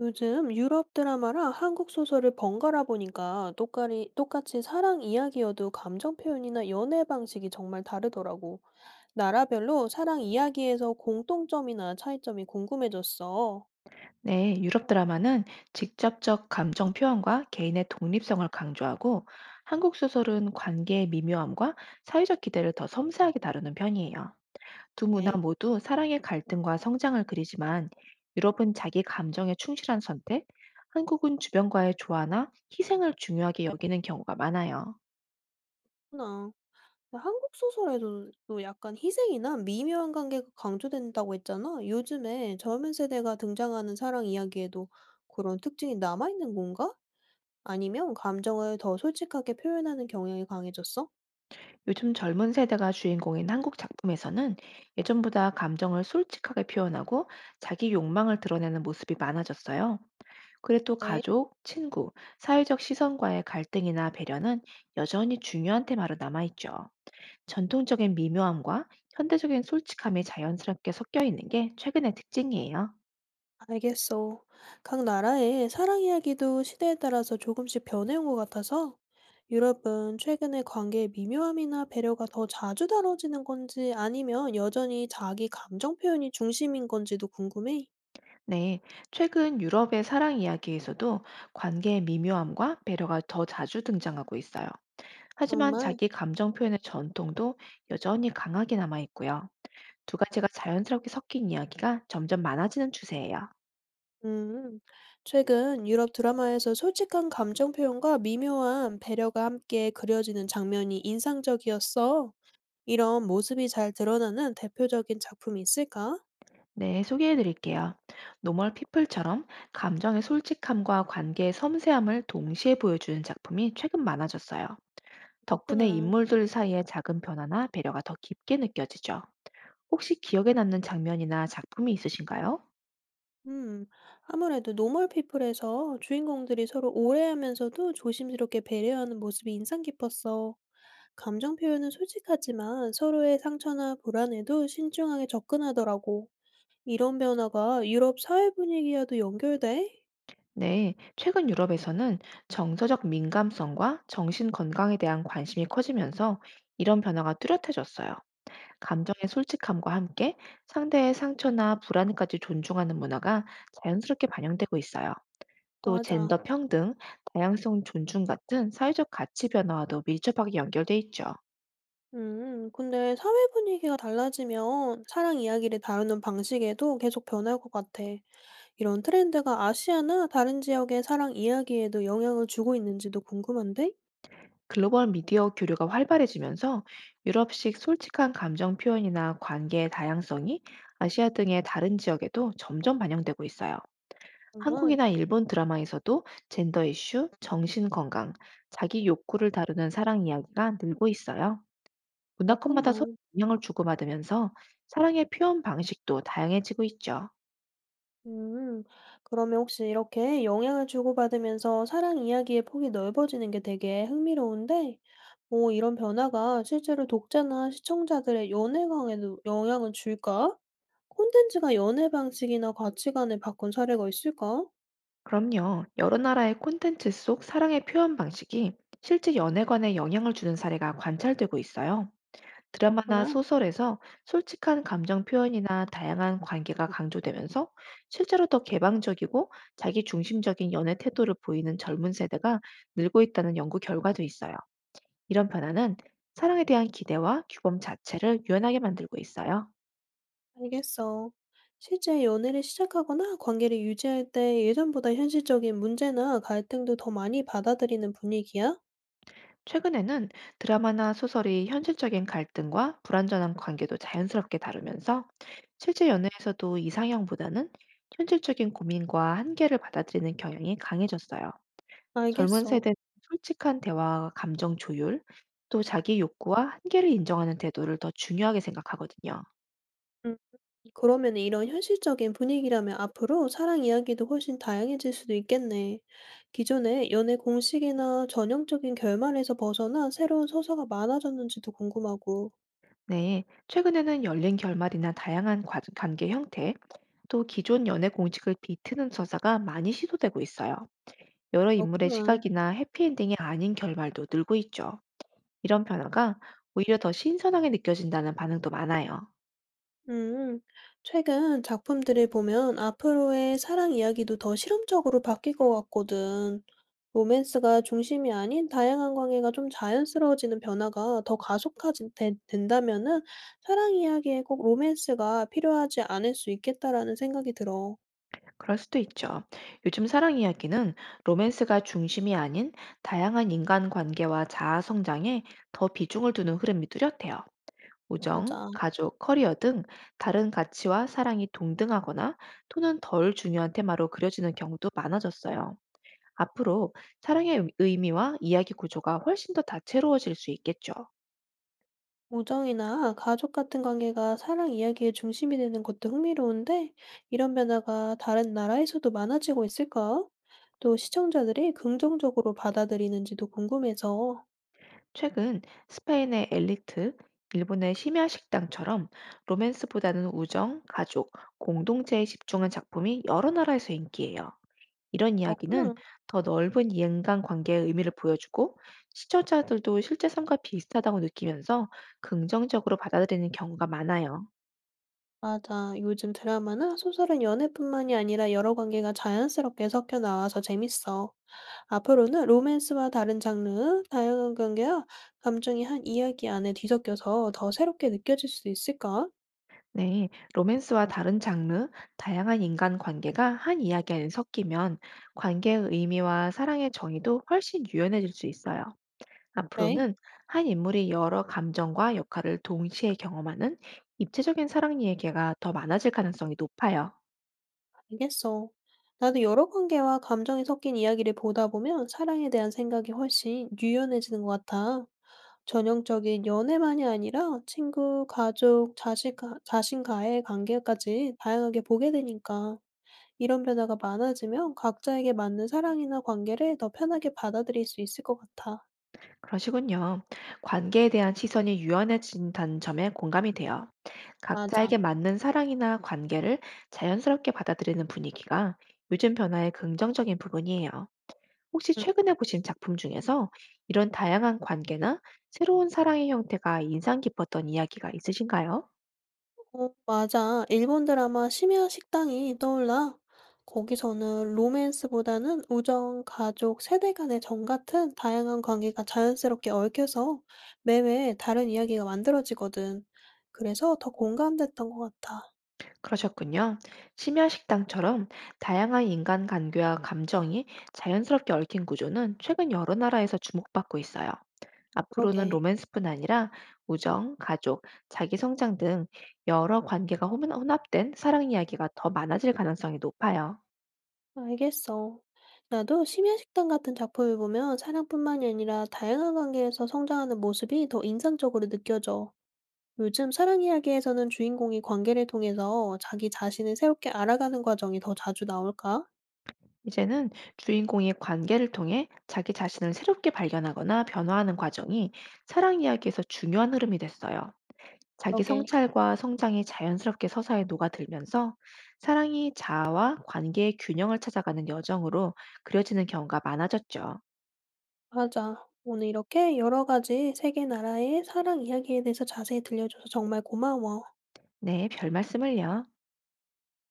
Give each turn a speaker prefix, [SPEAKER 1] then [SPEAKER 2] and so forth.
[SPEAKER 1] 요즘 유럽 드라마랑 한국 소설을 번갈아 보니까 똑같이 사랑 이야기여도 감정 표현이나 연애 방식이 정말 다르더라고. 나라별로 사랑 이야기에서 공통점이나 차이점이 궁금해졌어.
[SPEAKER 2] 네, 유럽 드라마는 직접적 감정 표현과 개인의 독립성을 강조하고 한국 소설은 관계의 미묘함과 사회적 기대를 더 섬세하게 다루는 편이에요. 두 문화
[SPEAKER 1] 네.
[SPEAKER 2] 모두 사랑의 갈등과 성장을 그리지만 유럽은 자기 감정에 충실한 선택, 한국은 주변과의 조화나 희생을 중요하게 여기는 경우가 많아요.
[SPEAKER 1] 그나 한국 소설에도 또 약간 희생이나 미묘한 관계가 강조된다고 했잖아. 요즘에 젊은 세대가 등장하는 사랑 이야기에도 그런 특징이 남아있는 건가? 아니면 감정을 더 솔직하게 표현하는 경향이 강해졌어?
[SPEAKER 2] 요즘 젊은 세대가 주인공인 한국 작품에서는 예전보다 감정을 솔직하게 표현하고 자기 욕망을 드러내는 모습이 많아졌어요. 그래 또
[SPEAKER 1] 네.
[SPEAKER 2] 가족, 친구, 사회적 시선과의 갈등이나 배려는 여전히 중요한 테마로 남아있죠. 전통적인 미묘함과 현대적인 솔직함이 자연스럽게 섞여 있는 게 최근의 특징이에요.
[SPEAKER 1] 알겠어. 각 나라의 사랑 이야기도 시대에 따라서 조금씩 변해온 것 같아서 유럽은 최근에 관계의 미묘함이나 배려가 더 자주 다뤄지는 건지 아니면 여전히 자기 감정 표현이 중심인 건지도 궁금해.
[SPEAKER 2] 네, 최근 유럽의 사랑 이야기에서도 관계의 미묘함과 배려가 더 자주 등장하고 있어요. 하지만
[SPEAKER 1] 정말?
[SPEAKER 2] 자기 감정 표현의 전통도 여전히 강하게 남아있고요. 두 가지가 자연스럽게 섞인 이야기가 점점 많아지는 추세예요.
[SPEAKER 1] 음, 최근 유럽 드라마에서 솔직한 감정 표현과 미묘한 배려가 함께 그려지는 장면이 인상적이었어. 이런 모습이 잘 드러나는 대표적인 작품이 있을까?
[SPEAKER 2] 네, 소개해 드릴게요. 노멀 피플처럼 감정의 솔직함과 관계의 섬세함을 동시에 보여주는 작품이 최근 많아졌어요. 덕분에
[SPEAKER 1] 맞구나.
[SPEAKER 2] 인물들 사이의 작은 변화나 배려가 더 깊게 느껴지죠. 혹시 기억에 남는 장면이나 작품이 있으신가요?
[SPEAKER 1] 음, 아무래도 노멀 피플에서 주인공들이 서로 오해하면서도 조심스럽게 배려하는 모습이 인상 깊었어. 감정 표현은 솔직하지만 서로의 상처나 불안에도 신중하게 접근하더라고. 이런 변화가 유럽 사회 분위기와도 연결돼?
[SPEAKER 2] 네, 최근 유럽에서는 정서적 민감성과 정신 건강에 대한 관심이 커지면서 이런 변화가 뚜렷해졌어요. 감정의 솔직함과 함께 상대의 상처나 불안까지 존중하는 문화가 자연스럽게 반영되고 있어요. 또
[SPEAKER 1] 맞아.
[SPEAKER 2] 젠더 평등, 다양성 존중 같은 사회적 가치 변화와도 밀접하게 연결돼 있죠.
[SPEAKER 1] 근데 사회 분위기가 달라지면 사랑 이야기를 다루는 방식에도 계속 변할 것 같아. 이런 트렌드가 아시아나 다른 지역의 사랑 이야기에도 영향을 주고 있는지도 궁금한데?
[SPEAKER 2] 글로벌 미디어 교류가 활발해지면서 유럽식 솔직한 감정 표현이나 관계의 다양성이 아시아 등의 다른 지역에도 점점 반영되고 있어요.
[SPEAKER 1] 정말.
[SPEAKER 2] 한국이나 일본 드라마에서도 젠더 이슈, 정신 건강, 자기 욕구를 다루는 사랑 이야기가 늘고 있어요. 문화권마다 서로
[SPEAKER 1] 그렇구나.
[SPEAKER 2] 영향을 주고받으면서 사랑의 표현 방식도 다양해지고 있죠.
[SPEAKER 1] 음. 그러면 혹시 이렇게 영향을 주고받으면서 사랑 이야기의 폭이 넓어지는 게 되게 흥미로운데, 뭐 이런 변화가 실제로 독자나 시청자들의 연애관에도 영향을 줄까? 콘텐츠가 연애 방식이나 가치관을 바꾼 사례가 있을까?
[SPEAKER 2] 그럼요. 여러 나라의 콘텐츠 속 사랑의 표현 방식이 실제 연애관에 영향을 주는 사례가 관찰되고 있어요. 드라마나
[SPEAKER 1] 그렇구나.
[SPEAKER 2] 소설에서 솔직한 감정 표현이나 다양한 관계가 강조되면서 실제로 더 개방적이고 자기 중심적인 연애 태도를 보이는 젊은 세대가 늘고 있다는 연구 결과도 있어요. 이런 변화는 사랑에 대한 기대와 규범 자체를 유연하게 만들고 있어요.
[SPEAKER 1] 알겠어. 실제 연애를 시작하거나 관계를 유지할 때 예전보다 현실적인 문제나 갈등도 더 많이 받아들이는 분위기야?
[SPEAKER 2] 최근에는 드라마나 소설이 현실적인 갈등과 불완전한 관계도 자연스럽게 다루면서 실제 연애에서도 이상형보다는 현실적인 고민과 한계를 받아들이는 경향이 강해졌어요. 젊은
[SPEAKER 1] 알겠어.
[SPEAKER 2] 세대는 솔직한 대화와 감정 조율, 또 자기 욕구와 한계를 인정하는 태도를 더 중요하게 생각하거든요.
[SPEAKER 1] 음. 그러면 이런 현실적인 분위기라면 앞으로 사랑 이야기도 훨씬 다양해질 수도 있겠네. 기존의 연애 공식이나 전형적인 결말에서 벗어나 새로운 서사가 많아졌는지도 궁금하고.
[SPEAKER 2] 네, 최근에는 열린 결말이나 다양한 관계 형태, 또 기존 연애 공식을 비트는 서사가 많이 시도되고 있어요. 여러 인물의
[SPEAKER 1] 그렇구나.
[SPEAKER 2] 시각이나 해피엔딩이 아닌 결말도 늘고 있죠. 이런 변화가 오히려 더 신선하게 느껴진다는 반응도 많아요.
[SPEAKER 1] 음, 최근 작품들을 보면 앞으로의 사랑 이야기도 더 실험적으로 바뀔 것 같거든. 로맨스가 중심이 아닌 다양한 관계가 좀 자연스러워지는 변화가 더 가속화된 된다면은 사랑 이야기에 꼭 로맨스가 필요하지 않을 수 있겠다라는 생각이 들어.
[SPEAKER 2] 그럴 수도 있죠. 요즘 사랑 이야기는 로맨스가 중심이 아닌 다양한 인간관계와 자아 성장에 더 비중을 두는 흐름이 뚜렷해요. 우정,
[SPEAKER 1] 맞아.
[SPEAKER 2] 가족, 커리어 등 다른 가치와 사랑이 동등하거나 또는 덜 중요한 테마로 그려지는 경우도 많아졌어요. 앞으로 사랑의 의미와 이야기 구조가 훨씬 더 다채로워질 수 있겠죠.
[SPEAKER 1] 우정이나 가족 같은 관계가 사랑 이야기의 중심이 되는 것도 흥미로운데 이런 변화가 다른 나라에서도 많아지고 있을까? 또 시청자들이 긍정적으로 받아들이는지도 궁금해서.
[SPEAKER 2] 최근 스페인의 엘리트, 일본의 심야 식당처럼 로맨스보다는 우정, 가족, 공동체에 집중한 작품이 여러 나라에서 인기예요. 이런 이야기는
[SPEAKER 1] 그렇구나.
[SPEAKER 2] 더 넓은 인간 관계의 의미를 보여주고 시청자들도 실제 삶과 비슷하다고 느끼면서 긍정적으로 받아들이는 경우가 많아요.
[SPEAKER 1] 맞아. 요즘 드라마나 소설은 연애뿐만이 아니라 여러 관계가 자연스럽게 섞여 나와서 재밌어. 앞으로는 로맨스와 다른 장르, 다양한 관계와 감정이 한 이야기 안에 뒤섞여서 더 새롭게 느껴질 수 있을까?
[SPEAKER 2] 네, 로맨스와 다른 장르, 다양한 인간 관계가 한 이야기 안에 섞이면 관계의 의미와 사랑의 정의도 훨씬 유연해질 수 있어요.
[SPEAKER 1] 네,
[SPEAKER 2] 앞으로는 한 인물이 여러 감정과 역할을 동시에 경험하는 입체적인 사랑 이야기가 더 많아질 가능성이 높아요.
[SPEAKER 1] 알겠어. 나도 여러 관계와 감정이 섞인 이야기를 보다 보면 사랑에 대한 생각이 훨씬 유연해지는 것 같아. 전형적인 연애만이 아니라 친구, 가족, 자식, 아, 자신과의 관계까지 다양하게 보게 되니까. 이런 변화가 많아지면 각자에게 맞는 사랑이나 관계를 더 편하게 받아들일 수 있을 것 같아.
[SPEAKER 2] 그러시군요. 관계에 대한 시선이 유연해진다는 점에 공감이 돼요.
[SPEAKER 1] 맞아.
[SPEAKER 2] 각자에게 맞는 사랑이나 관계를 자연스럽게 받아들이는 분위기가 요즘 변화의 긍정적인 부분이에요. 혹시
[SPEAKER 1] 응.
[SPEAKER 2] 최근에 보신 작품 중에서 이런 다양한 관계나 새로운 사랑의 형태가 인상 깊었던 이야기가 있으신가요?
[SPEAKER 1] 어, 맞아. 일본 드라마 심야 식당이 떠올라. 거기서는 로맨스보다는 우정, 가족, 세대 간의 정 같은 다양한 관계가 자연스럽게 얽혀서 매회 다른 이야기가 만들어지거든. 그래서 더 공감됐던 것 같아.
[SPEAKER 2] 그러셨군요. 심야식당처럼 다양한 인간 관계와 감정이 자연스럽게 얽힌 구조는 최근 여러 나라에서 주목받고 있어요. 앞으로는
[SPEAKER 1] 그러게.
[SPEAKER 2] 로맨스뿐 아니라 우정, 가족, 자기 성장 등 여러 관계가 혼합된 사랑 이야기가 더 많아질 가능성이 높아요.
[SPEAKER 1] 알겠어. 나도 심야식당 같은 작품을 보면 사랑뿐만이 아니라 다양한 관계에서 성장하는 모습이 더 인상적으로 느껴져. 요즘 사랑 이야기에서는 주인공이 관계를 통해서 자기 자신을 새롭게 알아가는 과정이 더 자주 나올까?
[SPEAKER 2] 이제는 주인공이 관계를 통해 자기 자신을 새롭게 발견하거나 변화하는 과정이 사랑 이야기에서 중요한 흐름이 됐어요. 자기
[SPEAKER 1] 그러게.
[SPEAKER 2] 성찰과 성장이 자연스럽게 서사에 녹아들면서 사랑이 자아와 관계의 균형을 찾아가는 여정으로 그려지는 경우가 많아졌죠.
[SPEAKER 1] 맞아. 오늘 이렇게 여러 가지 세계 나라의 사랑 이야기에 대해서 자세히 들려줘서 정말 고마워.
[SPEAKER 2] 네, 별 말씀을요.